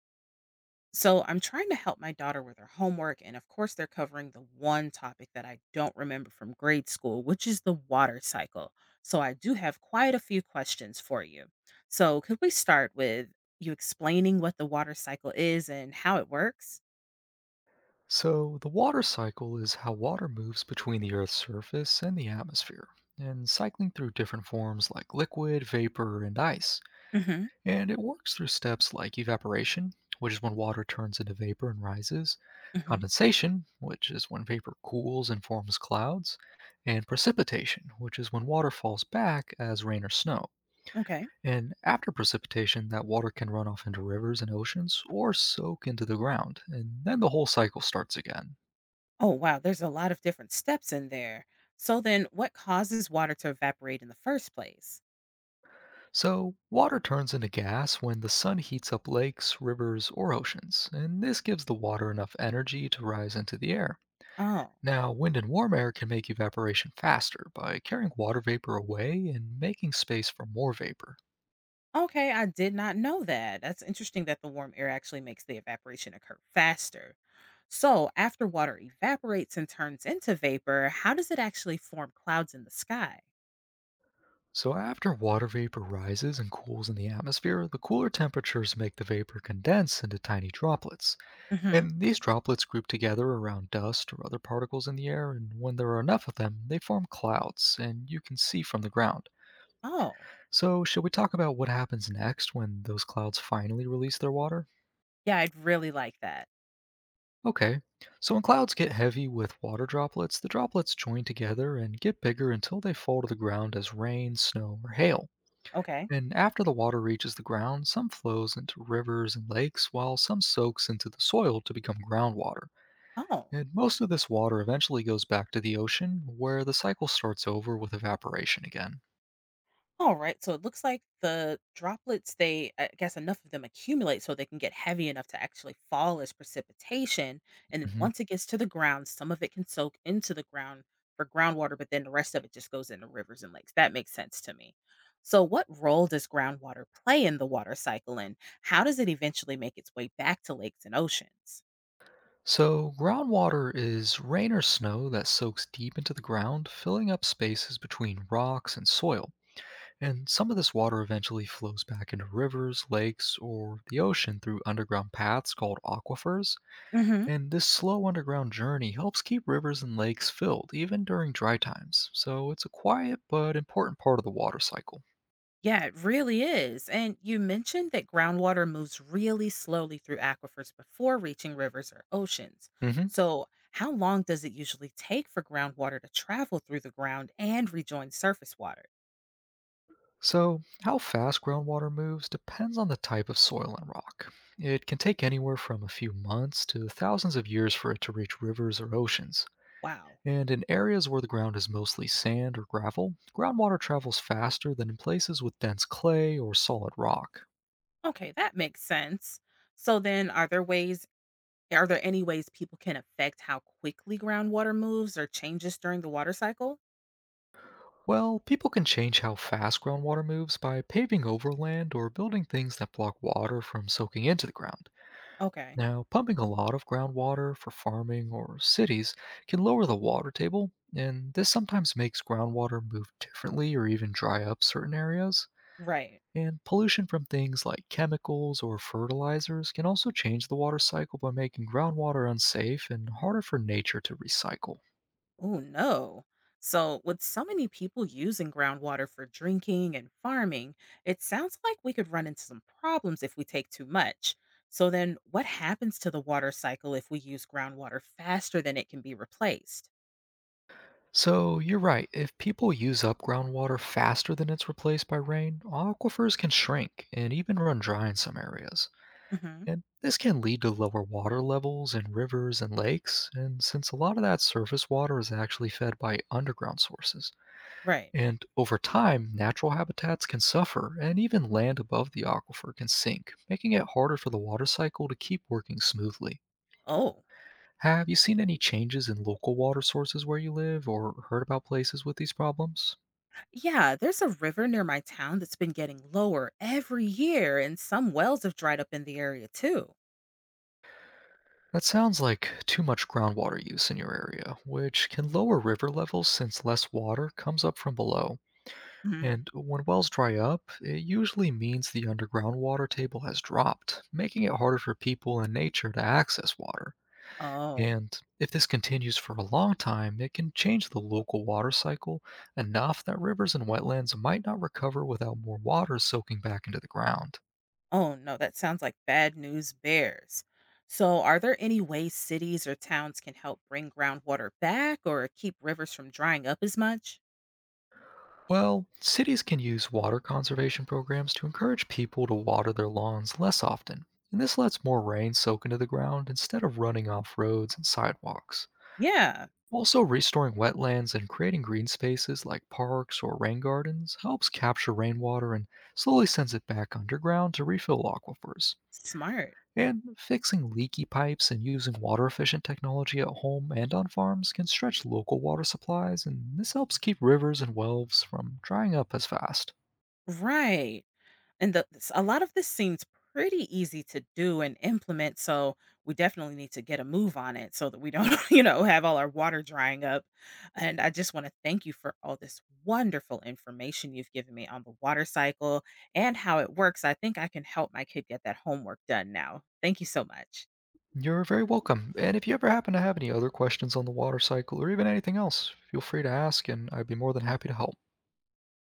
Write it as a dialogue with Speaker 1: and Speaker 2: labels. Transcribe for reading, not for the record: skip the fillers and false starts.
Speaker 1: So I'm trying to help my daughter with her homework, and of course, they're covering the one topic that I don't remember from grade school, which is the water cycle. So I do have quite a few questions for you. So, could we start with you explaining what the water cycle is and how it works?
Speaker 2: So, the water cycle is how water moves between the Earth's surface and the atmosphere, and cycling through different forms like liquid, vapor, and ice.
Speaker 1: Hmm.
Speaker 2: And it works through steps like evaporation, which is when water turns into vapor and rises,
Speaker 1: Hmm.
Speaker 2: condensation, which is when vapor cools and forms clouds, and precipitation, which is when water falls back as rain or snow.
Speaker 1: Okay.
Speaker 2: And after precipitation, that water can run off into rivers and oceans or soak into the ground, and then the whole cycle starts again.
Speaker 1: Oh, wow. There's a lot of different steps in there. So, then what causes water to evaporate in the first place?
Speaker 2: So, water turns into gas when the sun heats up lakes, rivers, or oceans, and this gives the water enough energy to rise into the air.
Speaker 1: Oh.
Speaker 2: Now, wind and warm air can make evaporation faster by carrying water vapor away and making space for more vapor.
Speaker 1: Okay, I did not know that. That's interesting that the warm air actually makes the evaporation occur faster. So, after water evaporates and turns into vapor, how does it actually form clouds in the sky?
Speaker 2: So, after water vapor rises and cools in the atmosphere, the cooler temperatures make the vapor condense into tiny droplets.
Speaker 1: Hmm.
Speaker 2: And these droplets group together around dust or other particles in the air, and when there are enough of them, they form clouds, and you can see from the ground.
Speaker 1: Oh,
Speaker 2: So, should we talk about what happens next when those clouds finally release their water?
Speaker 1: yeah, I'd really like that.
Speaker 2: Okay, so when clouds get heavy with water droplets, the droplets join together and get bigger until they fall to the ground as rain, snow, or hail.
Speaker 1: Okay.
Speaker 2: And after the water reaches the ground, some flows into rivers and lakes, while some soaks into the soil to become groundwater.
Speaker 1: Oh.
Speaker 2: And most of this water eventually goes back to the ocean, where the cycle starts over with evaporation again.
Speaker 1: All right, so it looks like the droplets, they, I guess enough of them accumulate so they can get heavy enough to actually fall as precipitation. And then
Speaker 2: Mhm.
Speaker 1: once it gets to the ground, some of it can soak into the ground for groundwater, but then the rest of it just goes into rivers and lakes. That makes sense to me. So, what role does groundwater play in the water cycle, and how does it eventually make its way back to lakes and oceans?
Speaker 2: So, groundwater is rain or snow that soaks deep into the ground, filling up spaces between rocks and soil. And some of this water eventually flows back into rivers, lakes, or the ocean through underground paths called aquifers. And this slow underground journey helps keep rivers and lakes filled, even during dry times. So, it's a quiet but important part of the water cycle.
Speaker 1: Yeah, it really is. And you mentioned that groundwater moves really slowly through aquifers before reaching rivers or oceans.
Speaker 2: Hmm.
Speaker 1: So, how long does it usually take for groundwater to travel through the ground and rejoin surface water?
Speaker 2: So, how fast groundwater moves depends on the type of soil and rock. It can take anywhere from a few months to thousands of years for it to reach rivers or oceans.
Speaker 1: Wow.
Speaker 2: And in areas where the ground is mostly sand or gravel, groundwater travels faster than in places with dense clay or solid rock.
Speaker 1: Okay, that makes sense. So then are there any ways people can affect how quickly groundwater moves or changes during the water cycle?
Speaker 2: Well, people can change how fast groundwater moves by paving over land or building things that block water from soaking into the ground.
Speaker 1: Okay.
Speaker 2: Now, pumping a lot of groundwater for farming or cities can lower the water table, and this sometimes makes groundwater move differently or even dry up certain areas.
Speaker 1: Right.
Speaker 2: And pollution from things like chemicals or fertilizers can also change the water cycle by making groundwater unsafe and harder for nature to recycle.
Speaker 1: Oh, no. So, with so many people using groundwater for drinking and farming, it sounds like we could run into some problems if we take too much. So, then what happens to the water cycle if we use groundwater faster than it can be replaced?
Speaker 2: So, you're right, if people use up groundwater faster than it's replaced by rain, aquifers can shrink and even run dry in some areas.
Speaker 1: Hmm.
Speaker 2: And this can lead to lower water levels in rivers and lakes, and since a lot of that surface water is actually fed by underground sources.
Speaker 1: Right.
Speaker 2: And over time, natural habitats can suffer, and even land above the aquifer can sink, making it harder for the water cycle to keep working smoothly.
Speaker 1: Oh,
Speaker 2: Have you seen any changes in local water sources where you live, or heard about places with these problems?
Speaker 1: yeah, there's a river near my town that's been getting lower every year, and some wells have dried up in the area too.
Speaker 2: That sounds like too much groundwater use in your area, which can lower river levels since less water comes up from below.
Speaker 1: Mm.
Speaker 2: And when wells dry up, it usually means the underground water table has dropped, making it harder for people and nature to access water.
Speaker 1: Oh.
Speaker 2: And if this continues for a long time, it can change the local water cycle enough that rivers and wetlands might not recover without more water soaking back into the ground.
Speaker 1: Oh, no, that sounds like bad news bears. So, are there any ways cities or towns can help bring groundwater back or keep rivers from drying up as much?
Speaker 2: Well, cities can use water conservation programs to encourage people to water their lawns less often, and this lets more rain soak into the ground instead of running off roads and sidewalks.
Speaker 1: Yeah,
Speaker 2: Also, restoring wetlands and creating green spaces like parks or rain gardens helps capture rainwater and slowly sends it back underground to refill aquifers.
Speaker 1: smart.
Speaker 2: And fixing leaky pipes and using water efficient technology at home and on farms can stretch local water supplies, and this helps keep rivers and wells from drying up as fast.
Speaker 1: Right. And the s a lot of this seems pretty easy to do and implement, so we definitely need to get a move on it so that we don't, have all our water drying up. And I just wanna thank you for all this wonderful information you've given me on the water cycle and how it works. I think I can help my kid get that homework done now. Thank you so much.
Speaker 2: You're very welcome, and if you ever happen to have any other questions on the water cycle or even anything else, feel free to ask, and I'd be more than happy to help.